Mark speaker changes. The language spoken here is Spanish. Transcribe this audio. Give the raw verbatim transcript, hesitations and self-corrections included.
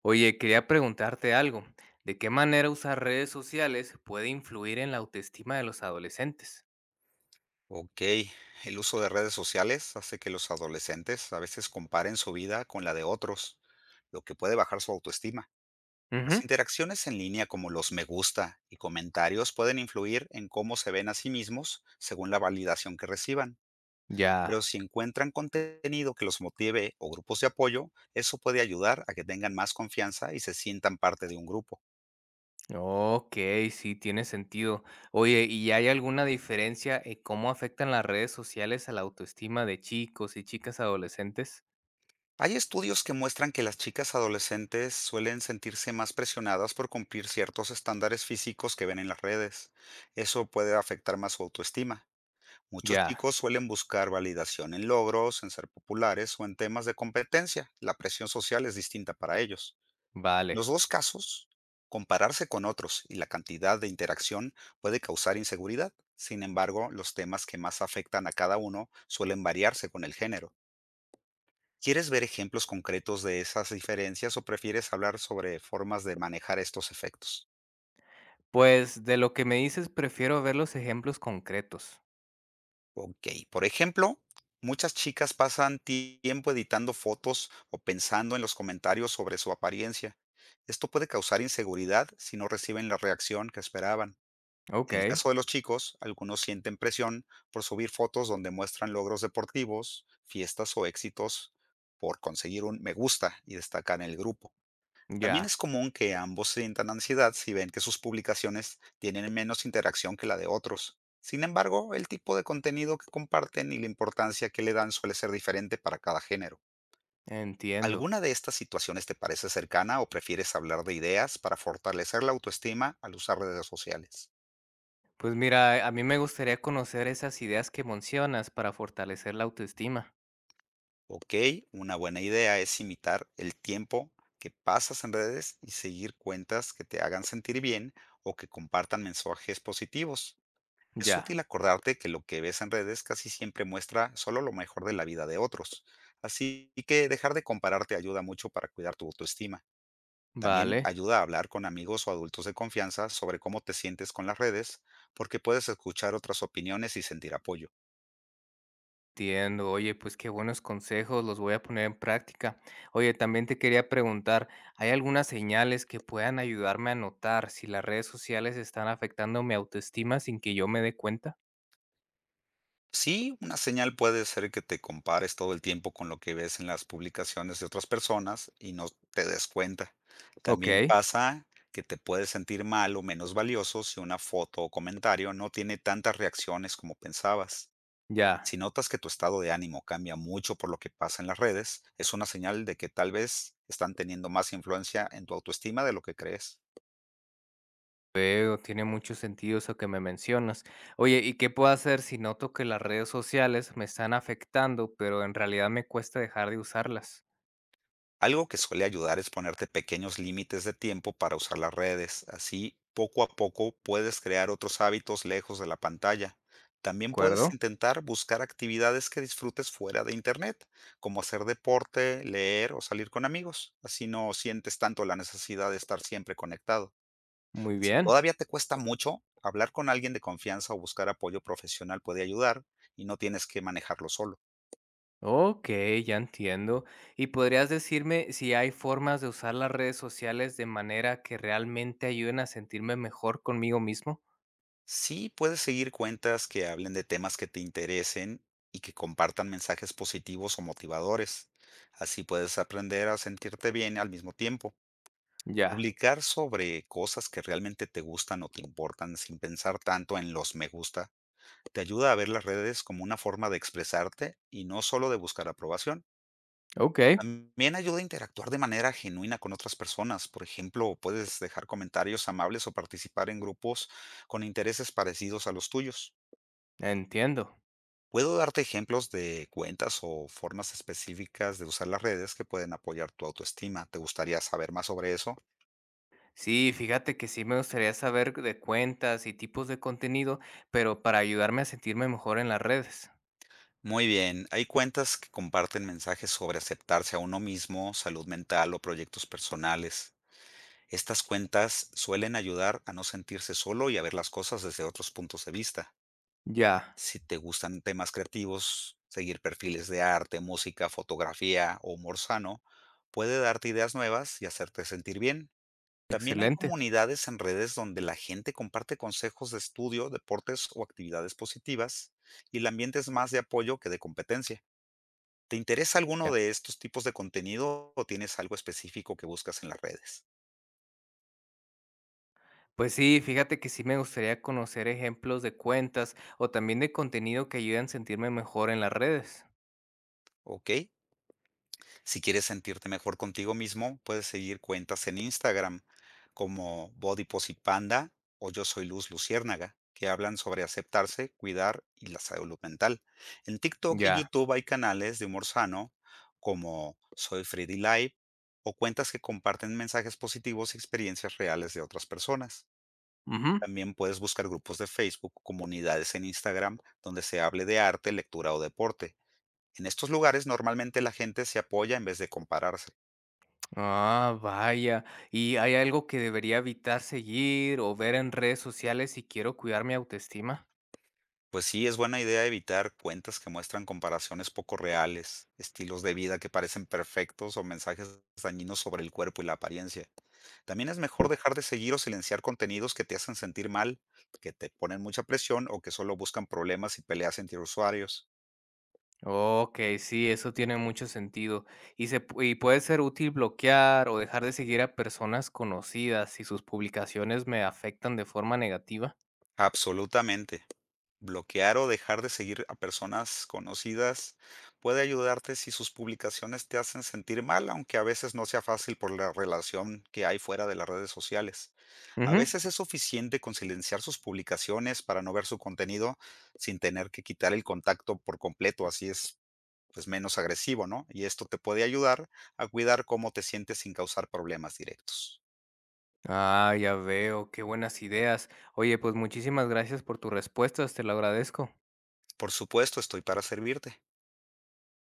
Speaker 1: Oye, quería preguntarte algo. ¿De qué manera usar redes sociales puede influir en la autoestima de los adolescentes?
Speaker 2: Ok, el uso de redes sociales hace que los adolescentes a veces comparen su vida con la de otros, lo que puede bajar su autoestima. Las
Speaker 1: Ujú.
Speaker 2: interacciones en línea como los me gusta y comentarios pueden influir en cómo se ven a sí mismos según la validación que reciban, pero
Speaker 1: Ya.
Speaker 2: si encuentran contenido que los motive o grupos de apoyo, eso puede ayudar a que tengan más confianza y se sientan parte de un grupo.
Speaker 1: Ok, sí, tiene sentido. Oye, ¿y hay alguna diferencia en cómo afectan las redes sociales a la autoestima de chicos y chicas adolescentes?
Speaker 2: Hay estudios que muestran que las chicas adolescentes suelen sentirse más presionadas por cumplir ciertos estándares físicos que ven en las redes. Eso puede afectar más su autoestima. Muchos
Speaker 1: Ya,
Speaker 2: chicos suelen buscar validación en logros, en ser populares o en temas de competencia. La presión social es distinta para ellos.
Speaker 1: vale.
Speaker 2: En los dos casos, compararse con otros y la cantidad de interacción puede causar inseguridad. Sin embargo, los temas que más afectan a cada uno suelen variarse con el género. ¿Quieres ver ejemplos concretos de esas diferencias o prefieres hablar sobre formas de manejar estos efectos?
Speaker 1: Pues de lo que me dices, prefiero ver los ejemplos concretos.
Speaker 2: Ok, por ejemplo, muchas chicas pasan tiempo editando fotos o pensando en los comentarios sobre su apariencia. Esto puede causar inseguridad si no reciben la reacción que esperaban.
Speaker 1: Ok,
Speaker 2: En el caso de los chicos, algunos sienten presión por subir fotos donde muestran logros deportivos, fiestas o éxitos por conseguir un me gusta y destacar en el grupo. También
Speaker 1: ya,
Speaker 2: es común que ambos sientan ansiedad si ven que sus publicaciones tienen menos interacción que la de otros. Sin embargo, el tipo de contenido que comparten y la importancia que le dan suele ser diferente para cada género.
Speaker 1: entiendo.
Speaker 2: ¿Alguna de estas situaciones te parece cercana o prefieres hablar de ideas para fortalecer la autoestima al usar redes sociales?
Speaker 1: Pues mira, a mí me gustaría conocer esas ideas que mencionas para fortalecer la autoestima.
Speaker 2: Ok, una buena idea es imitar el tiempo que pasas en redes y seguir cuentas que te hagan sentir bien o que compartan mensajes positivos. Es
Speaker 1: Ya,
Speaker 2: útil acordarte que lo que ves en redes casi siempre muestra solo lo mejor de la vida de otros. Así que dejar de compararte ayuda mucho para cuidar tu autoestima. También
Speaker 1: vale,
Speaker 2: ayuda a hablar con amigos o adultos de confianza sobre cómo te sientes con las redes, porque puedes escuchar otras opiniones y sentir apoyo.
Speaker 1: entiendo. Oye, pues qué buenos consejos, los voy a poner en práctica. Oye, también te quería preguntar, ¿hay algunas señales que puedan ayudarme a notar si las redes sociales están afectando mi autoestima sin que yo me dé cuenta?
Speaker 2: Sí, una señal puede ser que te compares todo el tiempo con lo que ves en las publicaciones de otras personas y no te des cuenta. También
Speaker 1: Ok,
Speaker 2: pasa que te puedes sentir mal o menos valioso si una foto o comentario no tiene tantas reacciones como pensabas.
Speaker 1: ya.
Speaker 2: Si notas que tu estado de ánimo cambia mucho por lo que pasa en las redes, es una señal de que tal vez están teniendo más influencia en tu autoestima de lo que crees.
Speaker 1: Veo, tiene mucho sentido eso que me mencionas. Oye, ¿y qué puedo hacer si noto que las redes sociales me están afectando, pero en realidad me cuesta dejar de usarlas?
Speaker 2: Algo que suele ayudar es ponerte pequeños límites de tiempo para usar las redes. Así, poco a poco puedes crear otros hábitos lejos de la pantalla. También puedes
Speaker 1: Acuerdo,
Speaker 2: intentar buscar actividades que disfrutes fuera de Internet, como hacer deporte, leer o salir con amigos. Así no sientes tanto la necesidad de estar siempre conectado.
Speaker 1: muy
Speaker 2: Si
Speaker 1: bien.
Speaker 2: todavía te cuesta mucho, hablar con alguien de confianza o buscar apoyo profesional puede ayudar y no tienes que manejarlo solo.
Speaker 1: Ok, ya entiendo. ¿Y podrías decirme si hay formas de usar las redes sociales de manera que realmente ayuden a sentirme mejor conmigo mismo?
Speaker 2: Sí, puedes seguir cuentas que hablen de temas que te interesen y que compartan mensajes positivos o motivadores. Así puedes aprender a sentirte bien al mismo tiempo.
Speaker 1: Ya,
Speaker 2: Publicar sobre cosas que realmente te gustan o te importan sin pensar tanto en los me gusta te ayuda a ver las redes como una forma de expresarte y no solo de buscar aprobación.
Speaker 1: ok,
Speaker 2: También ayuda a interactuar de manera genuina con otras personas. Por ejemplo, puedes dejar comentarios amables o participar en grupos con intereses parecidos a los tuyos.
Speaker 1: entiendo.
Speaker 2: Puedo darte ejemplos de cuentas o formas específicas de usar las redes que pueden apoyar tu autoestima. ¿Te gustaría saber más sobre eso?
Speaker 1: Sí, fíjate que sí me gustaría saber de cuentas y tipos de contenido, pero para ayudarme a sentirme mejor en las redes.
Speaker 2: Muy bien, hay cuentas que comparten mensajes sobre aceptarse a uno mismo, salud mental o proyectos personales. Estas cuentas suelen ayudar a no sentirse solo y a ver las cosas desde otros puntos de vista.
Speaker 1: Ya,
Speaker 2: Si te gustan temas creativos, seguir perfiles de arte, música, fotografía o humor sano, puede darte ideas nuevas y hacerte sentir bien. También hay
Speaker 1: excelente.
Speaker 2: comunidades en redes donde la gente comparte consejos de estudio, deportes o actividades positivas, y el ambiente es más de apoyo que de competencia. ¿Te interesa alguno de estos tipos de contenido o tienes algo específico que buscas en las redes?
Speaker 1: Pues sí, fíjate que sí me gustaría conocer ejemplos de cuentas o también de contenido que ayuden a sentirme mejor en las redes.
Speaker 2: ¿Ok? Si quieres sentirte mejor contigo mismo, puedes seguir cuentas en Instagram como Body Positive Panda o Yo Soy Luz Luciérnaga, que hablan sobre aceptarse, cuidar y la salud mental. En TikTok y
Speaker 1: Ya.
Speaker 2: YouTube hay canales de humor sano como Soy Freddy Live o cuentas que comparten mensajes positivos y experiencias reales de otras personas.
Speaker 1: Ujú.
Speaker 2: También puedes buscar grupos de Facebook, o comunidades en Instagram donde se hable de arte, lectura o deporte. En estos lugares normalmente la gente se apoya en vez de compararse.
Speaker 1: Ah, vaya. ¿Y hay algo que debería evitar seguir o ver en redes sociales si quiero cuidar mi autoestima?
Speaker 2: Pues sí, es buena idea evitar cuentas que muestran comparaciones poco reales, estilos de vida que parecen perfectos o mensajes dañinos sobre el cuerpo y la apariencia. También es mejor dejar de seguir o silenciar contenidos que te hacen sentir mal, que te ponen mucha presión o que solo buscan problemas y peleas entre usuarios.
Speaker 1: Ok, sí, eso tiene mucho sentido. Y se pu- y puede ser útil bloquear o dejar de seguir a personas conocidas si sus publicaciones me afectan de forma negativa.
Speaker 2: Absolutamente. Bloquear o dejar de seguir a personas conocidas puede ayudarte si sus publicaciones te hacen sentir mal, aunque a veces no sea fácil por la relación que hay fuera de las redes sociales. A
Speaker 1: Ujú.
Speaker 2: veces es suficiente con silenciar sus publicaciones para no ver su contenido sin tener que quitar el contacto por completo, así es pues menos agresivo, ¿no? Y esto te puede ayudar a cuidar cómo te sientes sin causar problemas directos.
Speaker 1: Ah, ya veo, qué buenas ideas. Oye, pues muchísimas gracias por tus respuestas, te lo agradezco.
Speaker 2: Por supuesto, estoy para servirte.